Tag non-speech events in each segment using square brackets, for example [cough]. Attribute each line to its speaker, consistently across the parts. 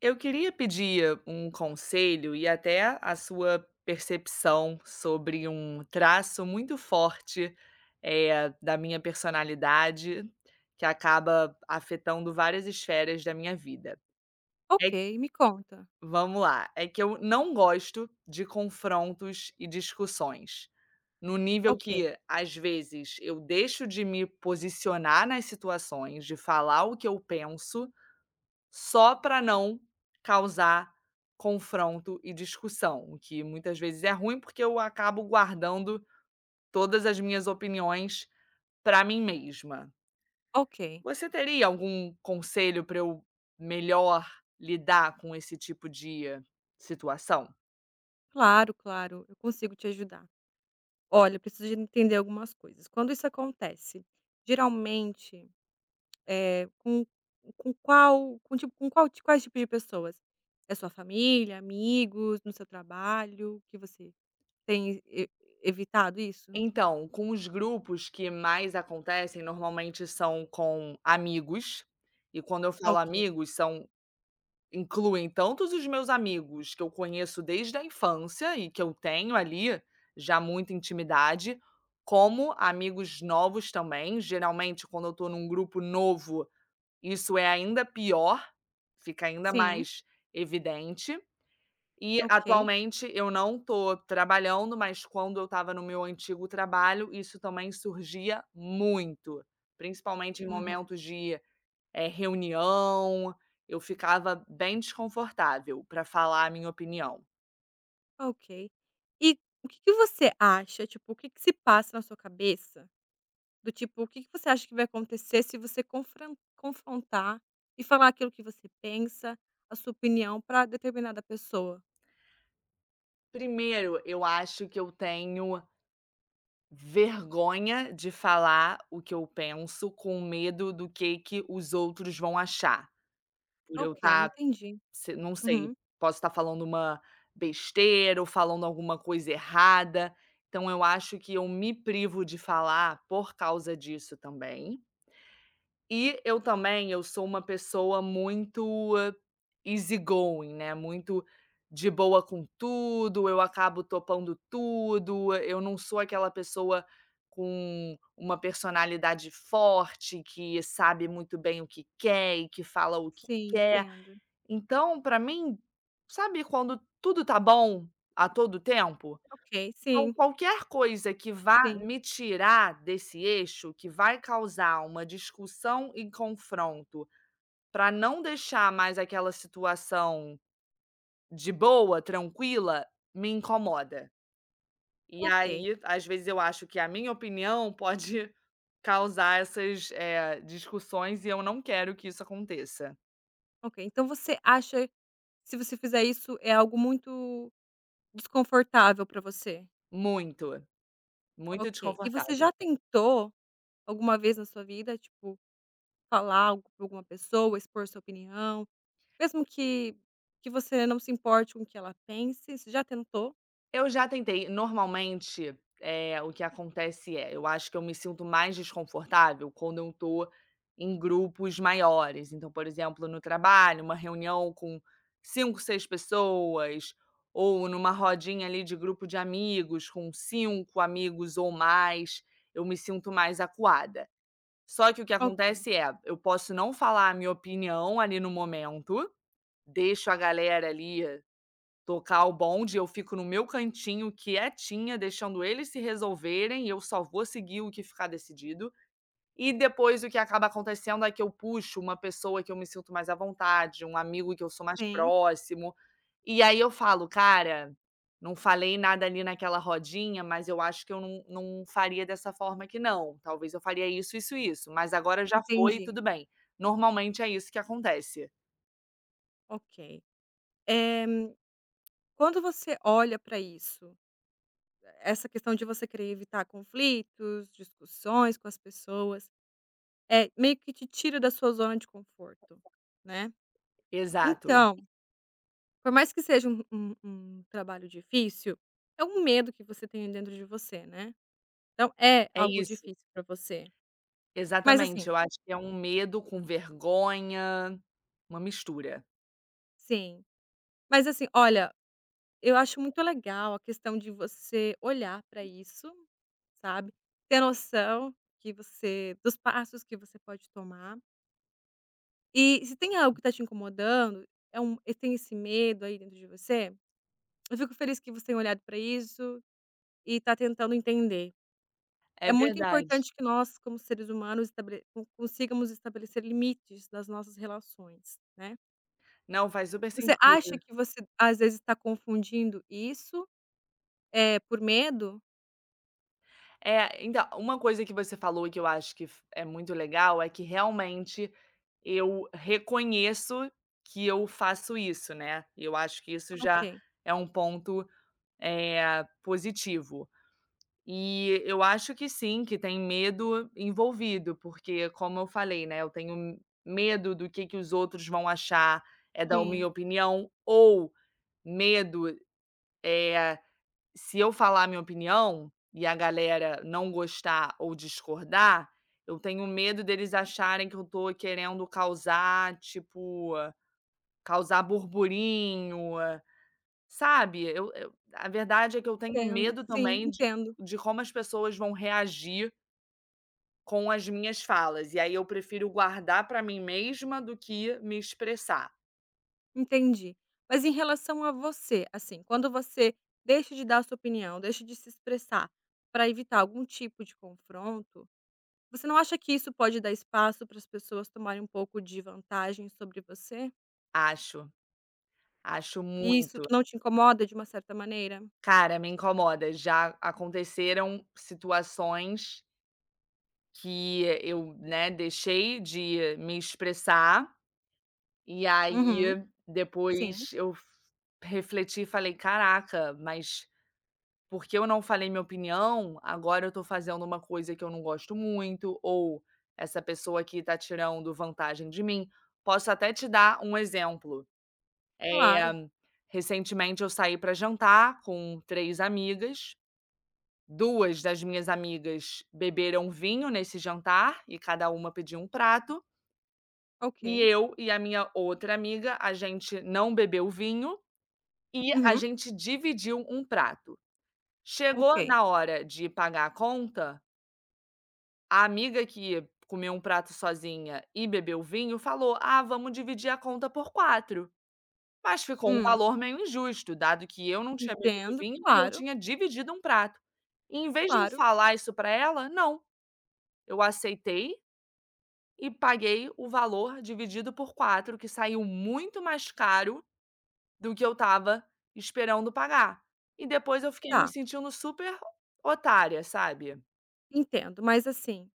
Speaker 1: Eu queria pedir um conselho e até a sua percepção sobre um traço muito forte, da minha personalidade, que acaba afetando várias esferas da minha vida. É,
Speaker 2: Ok, me conta.
Speaker 1: vamos lá, é que eu não gosto de confrontos e discussões, no nível
Speaker 2: Ok,
Speaker 1: que, às vezes, eu deixo de me posicionar nas situações, de falar o que eu penso, só para não causar confronto e discussão, o que muitas vezes é ruim, porque eu acabo guardando todas as minhas opiniões para mim mesma.
Speaker 2: ok.
Speaker 1: Você teria algum conselho para eu melhor lidar com esse tipo de situação?
Speaker 2: Claro, claro, eu consigo te ajudar. Olha, eu preciso de entender algumas coisas. Quando isso acontece, geralmente, eh, com, com qual, quais tipos de pessoas? É sua família, amigos, no seu trabalho, que você tem e- evitado isso?
Speaker 1: Então, com os grupos que mais acontecem, normalmente são com amigos, e quando eu falo
Speaker 2: Ok.
Speaker 1: amigos, são... Incluem tantos os meus amigos que eu conheço desde a infância e que eu tenho ali já muita intimidade, como amigos novos também. Geralmente, quando eu estou num grupo novo, isso é ainda pior, fica ainda
Speaker 2: Sim,
Speaker 1: mais evidente. E
Speaker 2: ok.
Speaker 1: atualmente eu não estou trabalhando, mas quando eu estava no meu antigo trabalho, isso também surgia muito, principalmente em
Speaker 2: Uhum.
Speaker 1: momentos de reunião, eu ficava bem desconfortável para falar a minha opinião.
Speaker 2: Ok. E o que que você acha, tipo, o que que se passa na sua cabeça. Do tipo, o que que você acha que vai acontecer se você confran confrontar e falar aquilo que você pensa, a sua opinião para determinada pessoa?
Speaker 1: Primeiro, eu acho que eu tenho vergonha de falar o que eu penso com medo do que os outros vão achar, por eu
Speaker 2: Ok,
Speaker 1: estar...
Speaker 2: entendi.
Speaker 1: não sei,
Speaker 2: Uhum.
Speaker 1: posso estar falando uma besteira ou falando alguma coisa errada, então eu acho que eu me privo de falar por causa disso também. E eu também, eu sou uma pessoa muito easy going, né, muito de boa com tudo, eu acabo topando tudo, eu não sou aquela pessoa com uma personalidade forte, que sabe muito bem o que quer e que fala o que
Speaker 2: Sim,
Speaker 1: quer.
Speaker 2: entendo.
Speaker 1: Então, para mim, sabe quando tudo tá bom a todo tempo?
Speaker 2: Ok,
Speaker 1: Então,
Speaker 2: sim,
Speaker 1: qualquer coisa que vá
Speaker 2: sim.
Speaker 1: me tirar desse eixo, que vai causar uma discussão e confronto, para não deixar mais aquela situação de boa, tranquila, me incomoda. E
Speaker 2: Ok,
Speaker 1: aí, às vezes eu acho que a minha opinião [laughs] pode causar essas, discussões e eu não quero que isso aconteça.
Speaker 2: ok. Então você acha, se você fizer isso, é algo muito desconfortável para você?
Speaker 1: Muito, muito
Speaker 2: Ok. E você
Speaker 1: desconfortável.
Speaker 2: já tentou alguma vez na sua vida, tipo, falar algo pra alguma pessoa, expor sua opinião? Mesmo que você não se importe com o que ela pense, você já tentou?
Speaker 1: Eu já tentei. Normalmente, o que acontece é, eu acho que eu me sinto mais desconfortável quando eu tô em grupos maiores. Então, por exemplo, no trabalho, uma reunião com 5, 6 pessoas, ou numa rodinha ali de grupo de amigos, com 5 amigos ou mais, eu me sinto mais acuada. Só que o que
Speaker 2: Ok,
Speaker 1: acontece é, eu posso não falar a minha opinião ali no momento, deixo a galera ali tocar o bonde, eu fico no meu cantinho quietinha, deixando eles se resolverem e eu só vou seguir o que ficar decidido. E depois o que acaba acontecendo é que eu puxo uma pessoa que eu me sinto mais à vontade, um amigo que eu sou mais
Speaker 2: sim.
Speaker 1: próximo. E aí eu falo: "Cara, não falei nada ali naquela rodinha, mas eu acho que eu não faria dessa forma aqui não. Talvez eu faria isso, isso, mas agora já foi
Speaker 2: Entendi,
Speaker 1: tudo bem". Normalmente é isso que acontece.
Speaker 2: ok. Eh, Quando você olha para isso, essa questão de você querer evitar conflitos, discussões com as pessoas, é meio que te tira da sua zona de conforto, né.
Speaker 1: Exato,
Speaker 2: Então, por mais que seja um trabalho difícil, é um medo que você tem dentro de você, né. Então é
Speaker 1: é
Speaker 2: algo
Speaker 1: isso.
Speaker 2: difícil para você. Mas
Speaker 1: Exatamente,
Speaker 2: assim,
Speaker 1: eu acho que é um medo com vergonha, uma mistura.
Speaker 2: sim. Mas assim, olha, eu acho muito legal a questão de você olhar para isso, sabe, ter noção que você dos passos que você pode tomar. E se tem algo que está te incomodando, é um e tem esse medo aí dentro de você, eu fico feliz que você tem olhado para isso e está tentando entender. É
Speaker 1: É
Speaker 2: muito
Speaker 1: verdade.
Speaker 2: importante que nós, como seres humanos, estabele con consigamos estabelecer limites nas nossas relações, né.
Speaker 1: Não, faz super
Speaker 2: Você acha
Speaker 1: sentido.
Speaker 2: que você, às vezes, está confundindo isso, é por medo?
Speaker 1: É, então, uma coisa que você falou que eu acho que f é muito legal, é que realmente eu reconheço que eu faço isso, né, eu acho que isso já
Speaker 2: Ok,
Speaker 1: é um ponto, positivo. E eu acho que sim, que tem medo envolvido, porque como eu falei, né, eu tenho medo do que os outros vão achar, é da minha
Speaker 2: sim.
Speaker 1: opinião, ou medo, é, se eu falar minha opinião e a galera não gostar ou discordar, eu tenho medo deles acharem que eu tô querendo causar, tipo, causar burburinho, sabe. Eu a verdade é que eu tenho
Speaker 2: Entendo,
Speaker 1: medo
Speaker 2: sim,
Speaker 1: também
Speaker 2: entendo,
Speaker 1: de como as pessoas vão reagir com as minhas falas, e aí eu prefiro guardar para mim mesma do que me expressar.
Speaker 2: entendi. Mas em relação a você, assim, quando você deixa de dar a sua opinião, deixa de se expressar para evitar algum tipo de confronto, você não acha que isso pode dar espaço para as pessoas tomarem um pouco de vantagem sobre você?
Speaker 1: Acho, acho
Speaker 2: E isso
Speaker 1: muito.
Speaker 2: não te incomoda de uma certa maneira?
Speaker 1: Cara, me incomoda, já aconteceram situações que eu, né, deixei de me expressar, e
Speaker 2: Uhum,
Speaker 1: aí
Speaker 2: sim,
Speaker 1: depois eu f refleti e falei: "Caraca, mas... Porque eu não falei minha opinião, agora eu tô fazendo uma coisa que eu não gosto muito, ou essa pessoa aqui tá tirando vantagem de mim. Posso até te dar um exemplo.
Speaker 2: claro,
Speaker 1: Eh, recentemente eu saí para jantar com 3 amigas. 2 das minhas amigas beberam vinho nesse jantar e cada uma pediu um prato, e
Speaker 2: ok.
Speaker 1: eu e a minha outra amiga, a gente não bebeu vinho e a
Speaker 2: Uhum,
Speaker 1: gente dividiu um prato. Chegou
Speaker 2: ok.
Speaker 1: na hora de pagar a conta. A amiga que comeu um prato sozinha e bebeu vinho falou: "Ah, vamos dividir a conta por quatro". Mas ficou um
Speaker 2: Hum,
Speaker 1: valor meio injusto, dado que eu não tinha bebido
Speaker 2: entendo,
Speaker 1: vinho e eu
Speaker 2: claro,
Speaker 1: tinha dividido um prato. E em vez de eu
Speaker 2: claro,
Speaker 1: falar isso para ela, não, eu aceitei e paguei o valor dividido por 4, que saiu muito mais caro do que eu estava esperando pagar. E depois eu fiquei me
Speaker 2: tá,
Speaker 1: sentindo super otária, sabe.
Speaker 2: entendo. Mas assim,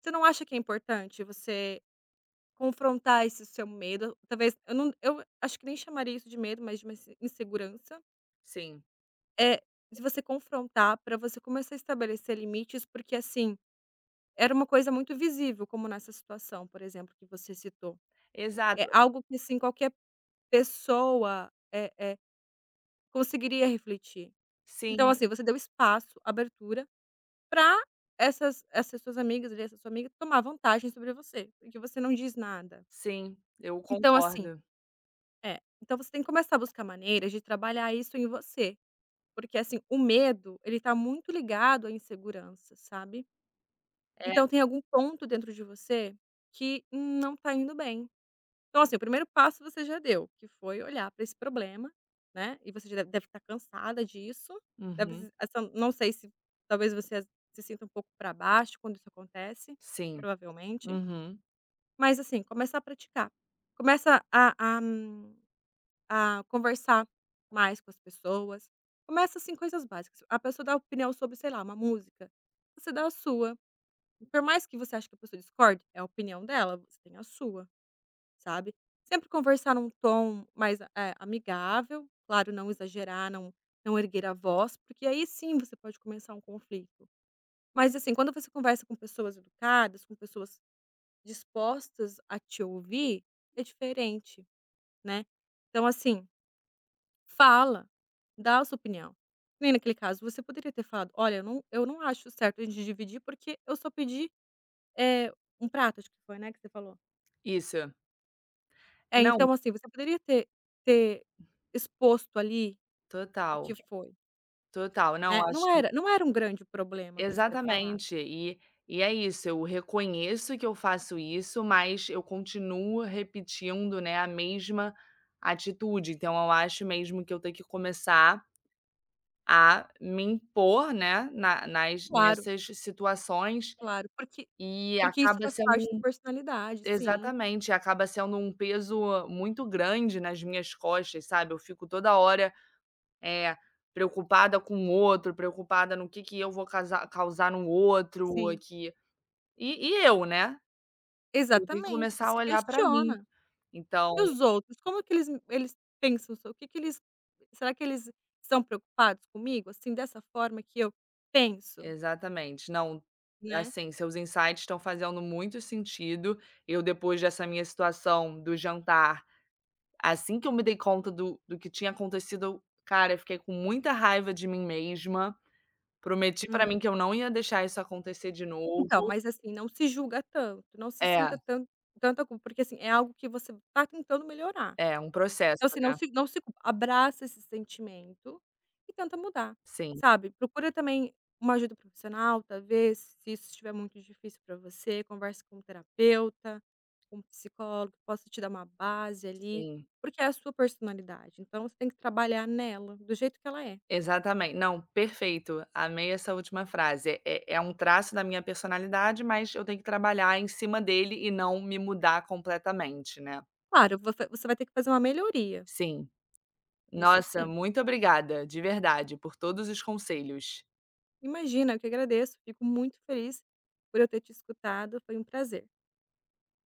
Speaker 2: você não acha que é importante você confrontar esse seu medo, talvez eu não, eu acho que nem chamaria isso de medo, mas de uma insegurança.
Speaker 1: Sim,
Speaker 2: É de você confrontar para você começar a estabelecer limites, porque, assim, era uma coisa muito visível, como nessa situação, por exemplo, que você citou. É
Speaker 1: exato.
Speaker 2: algo que, assim, qualquer pessoa, é conseguiria refletir. Então,
Speaker 1: Sim.
Speaker 2: assim, você deu espaço, abertura, para essas suas amigas ali, essa sua amiga, tomar vantagem sobre você, porque você não diz nada.
Speaker 1: Sim, eu
Speaker 2: Então, assim,
Speaker 1: concordo.
Speaker 2: é, então você tem que começar a buscar maneiras de trabalhar isso em você, porque assim, o medo ele tá muito ligado à insegurança, sabe.
Speaker 1: É.
Speaker 2: Então tem algum ponto dentro de você que não tá indo bem. Então assim, o primeiro passo você já deu, que foi olhar para esse problema, né, e você já deve estar cansada disso, deve
Speaker 1: Uhum.
Speaker 2: se essa não sei se talvez você se sinta um pouco para baixo quando isso acontece,
Speaker 1: Sim.
Speaker 2: provavelmente,
Speaker 1: Uhum.
Speaker 2: mas assim, começa a praticar. Começa a conversar mais com as pessoas. Começa, assim, coisas básicas. A pessoa dá opinião sobre, sei lá, uma música, você dá a sua. Por mais que você ache que a pessoa discorde, é a opinião dela, você tem a sua, sabe. Sempre conversar num tom mais, amigável, claro, não exagerar, não erguer a voz, porque aí sim você pode começar um conflito. Mas, assim, quando você conversa com pessoas educadas, com pessoas dispostas a te ouvir, é diferente, né. Então, assim, fala, dá a sua opinião. Que nem naquele caso, você poderia ter falado: "Olha, eu não acho certo a gente dividir, porque eu só pedi, eh, 1 prato", acho que foi, né, que você falou.
Speaker 1: Isso.
Speaker 2: É,
Speaker 1: Não,
Speaker 2: então, assim, você poderia ter exposto ali o
Speaker 1: total,
Speaker 2: que foi,
Speaker 1: total. Não,
Speaker 2: né.
Speaker 1: acho que
Speaker 2: Não era um grande problema você ter falado.
Speaker 1: exatamente. E é isso, eu reconheço que eu faço isso, mas eu continuo repetindo, né, a mesma atitude. Então eu acho mesmo que eu tenho que começar a me impor, né, na nas
Speaker 2: Claro,
Speaker 1: nessas situações
Speaker 2: claro, porque,
Speaker 1: e
Speaker 2: porque isso
Speaker 1: acaba
Speaker 2: faz parte da
Speaker 1: sendo...
Speaker 2: personalidade. Sim,
Speaker 1: Exatamente, acaba sendo um peso muito grande nas minhas costas, sabe. Eu fico toda hora, é, preocupada com o outro, preocupada no que eu vou causar no outro
Speaker 2: sim.
Speaker 1: aqui. E eu, né. Eu tenho que
Speaker 2: Exatamente,
Speaker 1: começar a
Speaker 2: se
Speaker 1: olhar para mim.
Speaker 2: questiona.
Speaker 1: Então
Speaker 2: E os outros, como que eles pensam, o que que eles, será que eles são preocupados comigo, assim, dessa forma que eu penso,
Speaker 1: exatamente. Não,
Speaker 2: né.
Speaker 1: assim, seus insights estão fazendo muito sentido. Eu depois dessa minha situação do jantar, assim que eu me dei conta do do que tinha acontecido, cara, eu fiquei com muita raiva de mim mesma. Prometi pra mim
Speaker 2: Uhum.
Speaker 1: que eu não ia deixar isso acontecer de
Speaker 2: Então,
Speaker 1: novo.
Speaker 2: mas assim, não se julga tanto, não se
Speaker 1: É,
Speaker 2: sinta tanto tanta culpa, porque assim, é algo que você tá tentando melhorar.
Speaker 1: é um processo,
Speaker 2: Então, assim,
Speaker 1: né.
Speaker 2: não se culpa, abraça esse sentimento e tenta mudar,
Speaker 1: Sim,
Speaker 2: sabe. Procura também uma ajuda profissional, talvez, se isso estiver muito difícil para você, converse com um terapeuta, com um psicólogo que possa te dar uma base ali,
Speaker 1: sim,
Speaker 2: porque é a sua personalidade, então você tem que trabalhar nela do jeito que ela é.
Speaker 1: exatamen não, perfeito, amei essa última frase. É é um traço da minha personalidade, mas eu tenho que trabalhar em cima dele e não me mudar completamente, né.
Speaker 2: Claro, você vai ter que fazer uma melhoria,
Speaker 1: Sim.
Speaker 2: isso
Speaker 1: Nossa,
Speaker 2: sim.
Speaker 1: muito obrigada, de verdade, por todos os conselhos.
Speaker 2: Imagina, eu que agradeço, fico muito feliz por eu ter te escutado, foi um prazer.